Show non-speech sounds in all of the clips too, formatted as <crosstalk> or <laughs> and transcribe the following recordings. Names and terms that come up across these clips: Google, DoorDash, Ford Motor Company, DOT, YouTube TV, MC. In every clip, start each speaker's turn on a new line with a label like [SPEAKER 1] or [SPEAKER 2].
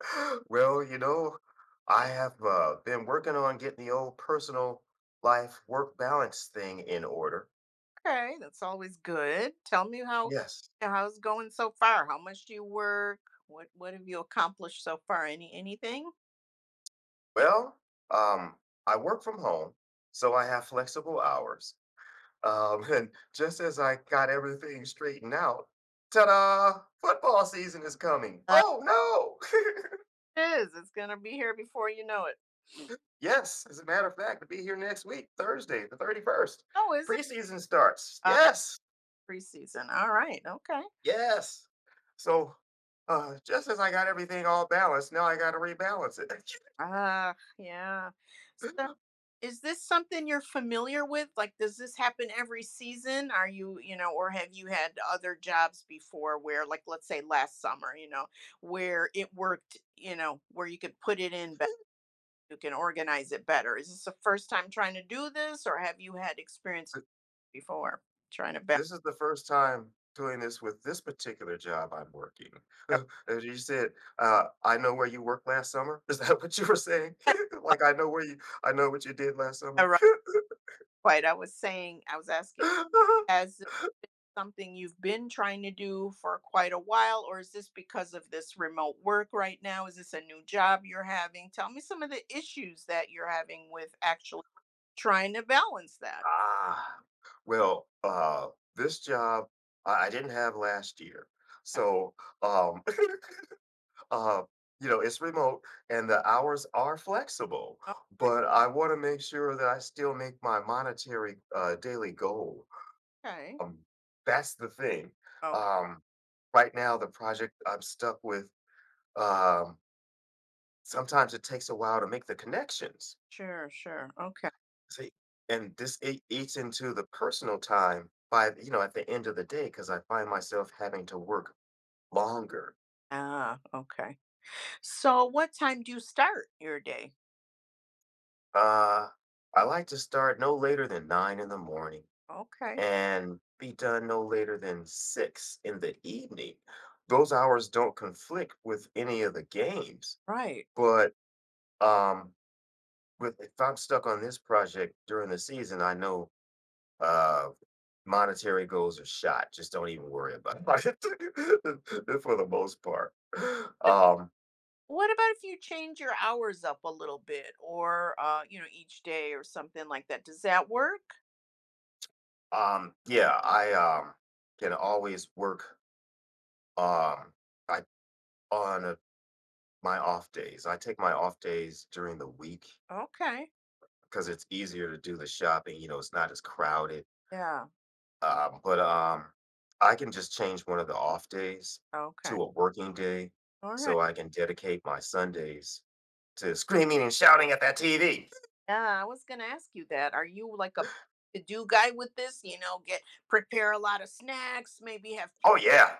[SPEAKER 1] <gasps> <laughs> Well, you know, I have been working on getting the old personal life work balance thing in order.
[SPEAKER 2] Okay, that's always good. Tell me how
[SPEAKER 1] Yes.
[SPEAKER 2] how's it going so far? How much do you work? What have you accomplished so far? Anything?
[SPEAKER 1] Well, um, I work from home, so I have flexible hours. <laughs> And just as I got everything straightened out, ta-da! Football season is coming.
[SPEAKER 2] Uh,
[SPEAKER 1] Oh no! <laughs>
[SPEAKER 2] it is. It's gonna be here before you know it.
[SPEAKER 1] Yes, as a matter of fact, to be here next week, Thursday, the 31st.
[SPEAKER 2] Oh, is it?
[SPEAKER 1] Preseason starts.
[SPEAKER 2] Uh,
[SPEAKER 1] Yes.
[SPEAKER 2] preseason. All right. Okay.
[SPEAKER 1] Yes. So, just as I got everything all balanced, now I got to rebalance it.
[SPEAKER 2] Ah, yeah. So,
[SPEAKER 1] <laughs>
[SPEAKER 2] is this something you're familiar with? Like, does this happen every season? Are you, or have you had other jobs before where, like, let's say last summer, where it worked, where you could put it in you can organize it better. Is this the first time trying to do this, or have you had experience
[SPEAKER 1] But
[SPEAKER 2] before trying to balance?
[SPEAKER 1] this is the first time doing this with this particular job I'm working. <laughs> As you said, I know where you worked last summer. Is that what you were saying? <laughs> like I know where you, I know what you did last summer.
[SPEAKER 2] All right, quite. I was saying, I was asking,
[SPEAKER 1] <laughs>
[SPEAKER 2] has this something you've been trying to do for quite a while, or is this because of this remote work right now? Is this a new job you're having? Tell me some of the issues that you're having with actually trying to balance that.
[SPEAKER 1] ah, well, uh, this job I didn't have last year,
[SPEAKER 2] Yeah.
[SPEAKER 1] so um, <laughs> Uh, you know, it's remote and the hours are flexible,
[SPEAKER 2] All right.
[SPEAKER 1] but I want to make sure that I still make my monetary daily goal.
[SPEAKER 2] Okay.
[SPEAKER 1] Um, that's the thing.
[SPEAKER 2] Okay.
[SPEAKER 1] Um, right now, the project I'm stuck with, um, sometimes it takes a while to make the connections.
[SPEAKER 2] Sure. Sure. Okay.
[SPEAKER 1] See, and eats into the personal time by, you know, at the end of the day, because I find myself having to work longer.
[SPEAKER 2] Ah. Okay. So, what time do you start your day?
[SPEAKER 1] Uh, I like to start no later than 9 in the morning
[SPEAKER 2] Okay.
[SPEAKER 1] and be done no later than 6 in the evening. Those hours don't conflict with any of the games,
[SPEAKER 2] Right.
[SPEAKER 1] but, um, with if I'm stuck on this project during the season, I know, uh, monetary goals are shot, just don't even worry about it <laughs> for the most part. Um,
[SPEAKER 2] What about if you change your hours up a little bit or each day or something like that? Does that work?
[SPEAKER 1] yeah, I can always work, um, I on, my off days. I take my off days during the week
[SPEAKER 2] Okay.
[SPEAKER 1] because it's easier to do the shopping. You know, it's not as crowded.
[SPEAKER 2] Yeah.
[SPEAKER 1] But I can just change one of the off days
[SPEAKER 2] Okay.
[SPEAKER 1] to a working day,
[SPEAKER 2] All right.
[SPEAKER 1] so I can dedicate my Sundays to screaming and shouting at that TV.
[SPEAKER 2] Yeah, I was gonna ask you that. Are you like a to do guy with this? Get prepare a lot of snacks, maybe have
[SPEAKER 1] Oh yeah,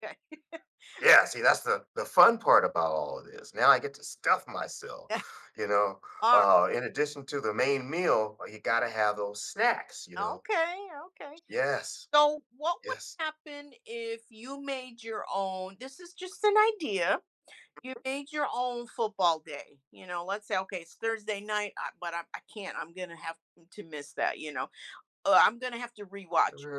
[SPEAKER 2] pizza. <laughs>
[SPEAKER 1] yeah. See, that's the fun part about all of this. Now I get to stuff myself. You know,
[SPEAKER 2] All right.
[SPEAKER 1] in addition to the main meal, you got to have those snacks. You know.
[SPEAKER 2] Okay. Okay.
[SPEAKER 1] Yes.
[SPEAKER 2] So, what would
[SPEAKER 1] Yes.
[SPEAKER 2] happen if you made your own? This is just an idea you made your own football day. Let's say, okay, it's Thursday night, but I can't. I'm going to have to miss that. I'm going to have to rewatch it.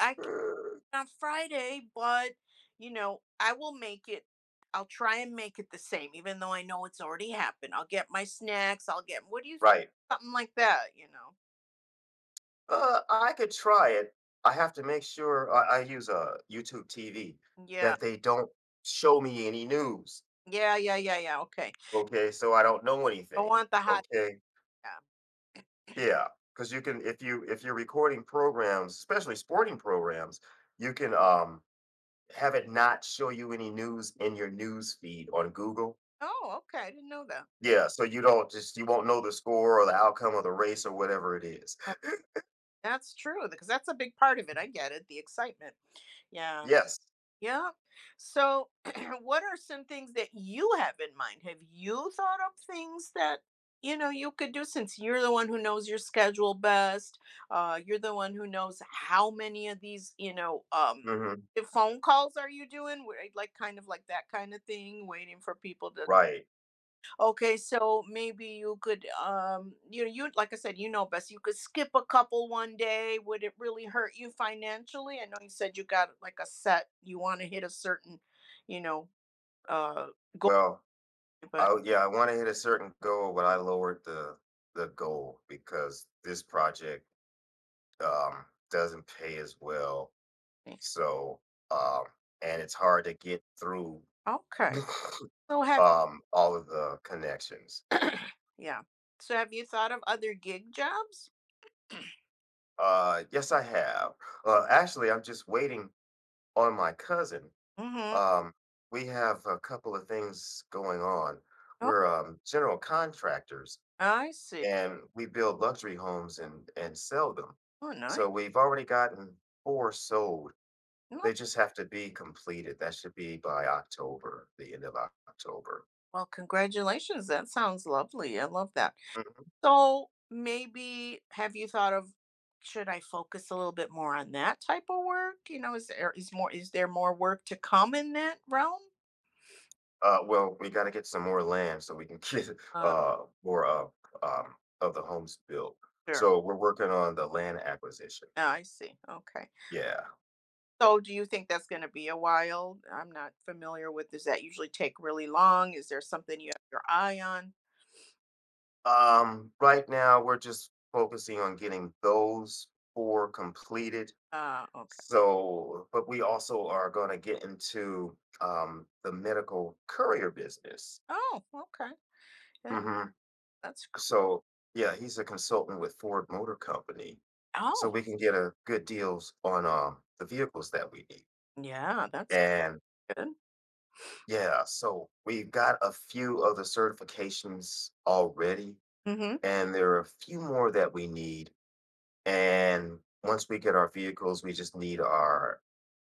[SPEAKER 2] I can
[SPEAKER 1] <laughs>
[SPEAKER 2] on Friday, but, I will make it. I'll try and make it the same, even though I know it's already happened. I'll get my snacks. I'll get, what do you,
[SPEAKER 1] Right.
[SPEAKER 2] something like that, you know?
[SPEAKER 1] I could try it. I have to make sure I use YouTube TV
[SPEAKER 2] Yeah.
[SPEAKER 1] that they don't show me any news.
[SPEAKER 2] Yeah. Yeah. Yeah. Yeah. Okay.
[SPEAKER 1] Okay, so I don't know
[SPEAKER 2] I
[SPEAKER 1] anything.
[SPEAKER 2] want the hot.
[SPEAKER 1] Okay,
[SPEAKER 2] Yeah.
[SPEAKER 1] yeah, because you can if you're recording programs, especially sporting programs, you can have it not show you any news in your news feed on Google.
[SPEAKER 2] Oh, okay. I didn't know that.
[SPEAKER 1] Yeah, so you don't just you won't know the score or the outcome of the race or whatever it is.
[SPEAKER 2] That- That's true, because that's a big part of it. I get it. The excitement. Yeah.
[SPEAKER 1] Yes.
[SPEAKER 2] Yeah. So, <clears throat> what are some things that you have in mind? Have you thought up things that you know you could do since you're the one who knows your schedule best? You're the one who knows how many of these
[SPEAKER 1] hmm
[SPEAKER 2] the phone calls are you doing? Where, like kind of like that kind of thing, waiting for people to.
[SPEAKER 1] Right.
[SPEAKER 2] Okay, so maybe you could, you like I said, you know best. You could skip a couple one day. Would it really hurt you financially? I know you said you got like a set. You want to hit a certain, you know, uh,
[SPEAKER 1] Well,
[SPEAKER 2] but
[SPEAKER 1] oh, yeah, I wanna hit a certain goal, but I lowered the goal because this project doesn't pay as well, so, um and it's hard to get through,
[SPEAKER 2] okay.
[SPEAKER 1] <laughs>
[SPEAKER 2] So have
[SPEAKER 1] all of the connections.
[SPEAKER 2] yeah. So have you thought of other gig jobs? <clears throat>
[SPEAKER 1] Yes, I have. Actually, I'm just waiting on my cousin.
[SPEAKER 2] Mm-hmm.
[SPEAKER 1] Um, we have a couple of things going on.
[SPEAKER 2] Oh,
[SPEAKER 1] We're, general contractors,
[SPEAKER 2] I see.
[SPEAKER 1] and we build luxury homes and sell them.
[SPEAKER 2] Oh, nice.
[SPEAKER 1] So we've already gotten four sold.
[SPEAKER 2] Oh,
[SPEAKER 1] They just have to be completed. That should be by October, the end of October.
[SPEAKER 2] well, congratulations. That sounds lovely. I love that.
[SPEAKER 1] Mhm.
[SPEAKER 2] So maybe have you thought of, should I focus a little bit more on that type of work? Is there more work to come in that realm?
[SPEAKER 1] We got to get some more land so we can <laughs> get
[SPEAKER 2] Uh,
[SPEAKER 1] more of the homes built.
[SPEAKER 2] sure.
[SPEAKER 1] So we're working on the land acquisition.
[SPEAKER 2] Yeah, I see. Okay.
[SPEAKER 1] Yeah.
[SPEAKER 2] So do you think that's going to be a while? I'm not familiar with. Does that usually take really long? Is there something you have your eye on?
[SPEAKER 1] Right now, we're just focusing on getting those four completed.
[SPEAKER 2] Okay.
[SPEAKER 1] So, but we also are going to get into the medical courier business.
[SPEAKER 2] Oh, okay. Yeah,
[SPEAKER 1] hmm
[SPEAKER 2] that's cool.
[SPEAKER 1] So, yeah, he's a consultant with Ford Motor Company, so
[SPEAKER 2] Oh,
[SPEAKER 1] we can get a good deals on the vehicles that we need.
[SPEAKER 2] yeah, that's
[SPEAKER 1] And
[SPEAKER 2] good.
[SPEAKER 1] yeah, so we've got a few of the certifications already,
[SPEAKER 2] Mm-hmm.
[SPEAKER 1] and there are a few more that we need. And once we get our vehicles, we just need our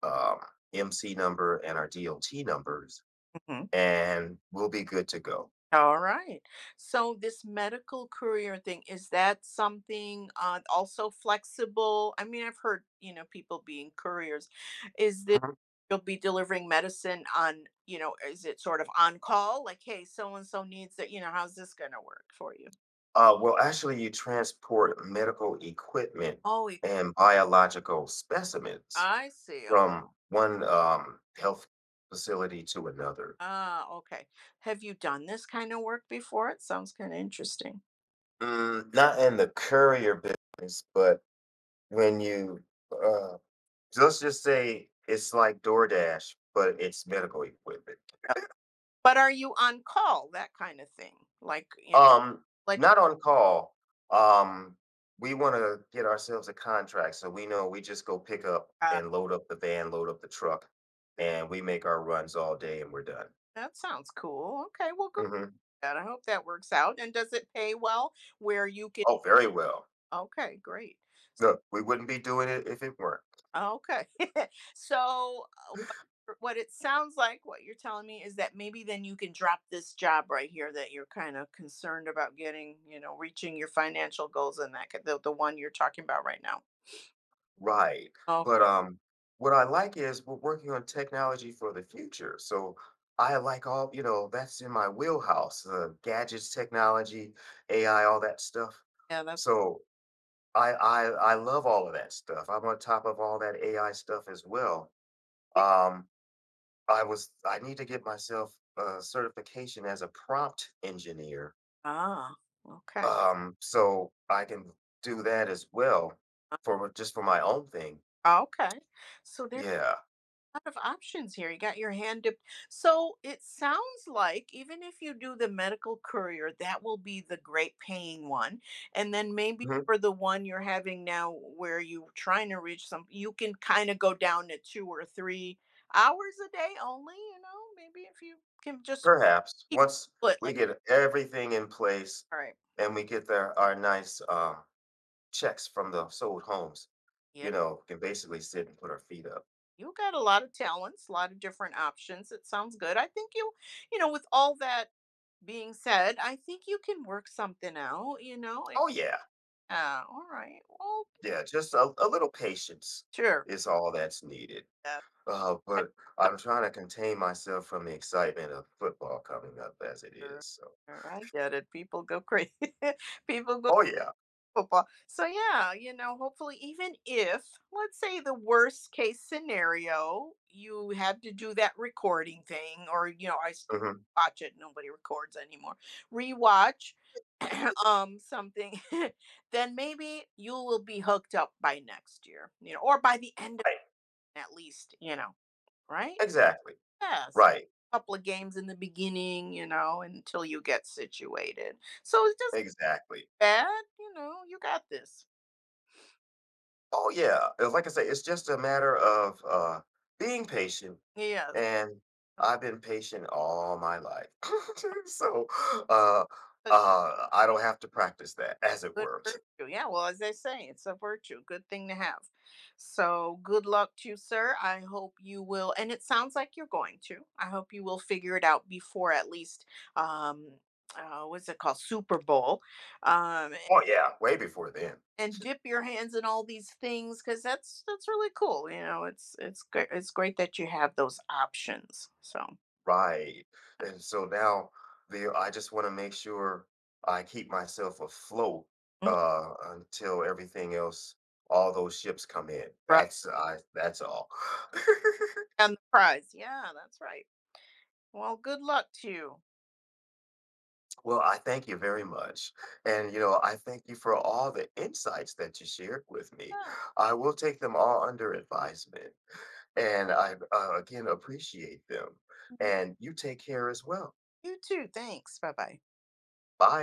[SPEAKER 1] um, MC number and our DOT numbers
[SPEAKER 2] Mm-hmm.
[SPEAKER 1] and we'll be good to go.
[SPEAKER 2] All right. So this medical career thing, is that something also flexible? I mean, I've heard, people being couriers. Is this
[SPEAKER 1] Mhm.
[SPEAKER 2] you'll be delivering medicine on, is it sort of on call? Like, hey, so and so needs it, how's this going to work for you?
[SPEAKER 1] Actually, you transport medical equipment
[SPEAKER 2] Oh,
[SPEAKER 1] and biological specimens
[SPEAKER 2] I see. Oh,
[SPEAKER 1] from one health facility to another.
[SPEAKER 2] ah, okay. Have you done this kind of work before? It sounds kind of interesting.
[SPEAKER 1] Mm, not in the courier business, but when you uh, let's just say it's like DoorDash, but it's medical equipment.
[SPEAKER 2] Uh, But are you on call, that kind of thing? Like,
[SPEAKER 1] Um,
[SPEAKER 2] let
[SPEAKER 1] not on call. Um, we wanna get ourselves a contract, so we know we just go pick up
[SPEAKER 2] like,
[SPEAKER 1] and load up the van, load up the truck, and we make our runs all day and we're done.
[SPEAKER 2] That sounds cool. Okay, well, good.
[SPEAKER 1] Mhm.
[SPEAKER 2] I hope that works out. And does it pay well where you can?
[SPEAKER 1] Oh, very well.
[SPEAKER 2] Okay, great.
[SPEAKER 1] No, we wouldn't be doing it if it weren't.
[SPEAKER 2] Okay. <laughs> So, what it sounds like, what you're telling me is that maybe then you can drop this job right here that you're kind of concerned about getting, reaching your financial goals and that, the one you're talking about right now.
[SPEAKER 1] Right.
[SPEAKER 2] Oh,
[SPEAKER 1] But, what I like is we're working on technology for the future, so I like all you know, that's in my wheelhouse, gadgets, technology, AI, all that stuff.
[SPEAKER 2] yeah,
[SPEAKER 1] So I I I love all of that stuff. I'm on top of all that AI stuff as well.
[SPEAKER 2] yeah.
[SPEAKER 1] Um, I need to get myself a certification as a prompt engineer,
[SPEAKER 2] Ah, okay.
[SPEAKER 1] so I can do that as well
[SPEAKER 2] Uh,
[SPEAKER 1] for just for my own thing.
[SPEAKER 2] Okay. So, there.
[SPEAKER 1] Yeah,
[SPEAKER 2] Lot of options here. You got your hand dipped. So it sounds like even if you do the medical courier, that will be the great paying one. And then maybe
[SPEAKER 1] mhm,
[SPEAKER 2] for the one you're having now where you're trying to reach some, you can kind of go down to 2 or 3 hours a day only, maybe if you can just
[SPEAKER 1] perhaps
[SPEAKER 2] keep
[SPEAKER 1] once
[SPEAKER 2] it
[SPEAKER 1] we
[SPEAKER 2] like,
[SPEAKER 1] get everything in place
[SPEAKER 2] all right,
[SPEAKER 1] and we get our nice checks from the sold homes,
[SPEAKER 2] yeah.
[SPEAKER 1] you know, can basically sit and put our feet up.
[SPEAKER 2] You got a lot of talents, a lot of different options. It sounds good. I think you, you know, with all that being said, I think you can work something out.
[SPEAKER 1] Oh yeah.
[SPEAKER 2] Yeah. All right. Well,
[SPEAKER 1] Yeah, just a little patience
[SPEAKER 2] sure.
[SPEAKER 1] is all that's needed.
[SPEAKER 2] Yeah,
[SPEAKER 1] Uh,
[SPEAKER 2] I-
[SPEAKER 1] but I'm trying to contain myself from the excitement of football coming up as it
[SPEAKER 2] sure.
[SPEAKER 1] is. So,
[SPEAKER 2] Sure, I get it. People go crazy. <laughs> People go
[SPEAKER 1] oh yeah,
[SPEAKER 2] football. So yeah, hopefully even if let's say the worst case scenario, you had to do that recording thing or
[SPEAKER 1] mhm,
[SPEAKER 2] watch it, nobody records anymore. Rewatch <clears throat> something, <laughs> then maybe you will be hooked up by next year, or by the end of
[SPEAKER 1] right,
[SPEAKER 2] it at least, right?
[SPEAKER 1] exactly,
[SPEAKER 2] Yes.
[SPEAKER 1] right,
[SPEAKER 2] Couple of games in the beginning, until you get situated. So it's just
[SPEAKER 1] exactly.
[SPEAKER 2] bad, you got this.
[SPEAKER 1] Oh yeah, and like I say, it's just a matter of being patient,
[SPEAKER 2] Yes.
[SPEAKER 1] and I've been patient all my life, <laughs> so uh,
[SPEAKER 2] It's a
[SPEAKER 1] I don't have to practice that, as it
[SPEAKER 2] good
[SPEAKER 1] were.
[SPEAKER 2] virtue. Yeah, well, as they say, it's a virtue, good thing to have. So good luck to you, sir. I hope you will, and it sounds like you're going to. I hope you will figure it out before at least um what's it called? Super Bowl. Um,
[SPEAKER 1] Oh yeah, way before then.
[SPEAKER 2] and dip your hands in all these things, because that's really cool. It's great. It's great that you have those options, so.
[SPEAKER 1] Right. And so now the I just want to make sure I keep myself afloat
[SPEAKER 2] Mhm.
[SPEAKER 1] until everything else, all those ships come in.
[SPEAKER 2] Right,
[SPEAKER 1] That's all. <laughs>
[SPEAKER 2] and the prize, yeah, that's right. Well, good luck to you.
[SPEAKER 1] Well, I thank you very much. And, you know, I thank you for all the insights that you shared with me.
[SPEAKER 2] Yeah,
[SPEAKER 1] I will take them all under advisement. And I, again, appreciate them. And you take care as well.
[SPEAKER 2] you too. Thanks. Bye bye
[SPEAKER 1] Bye.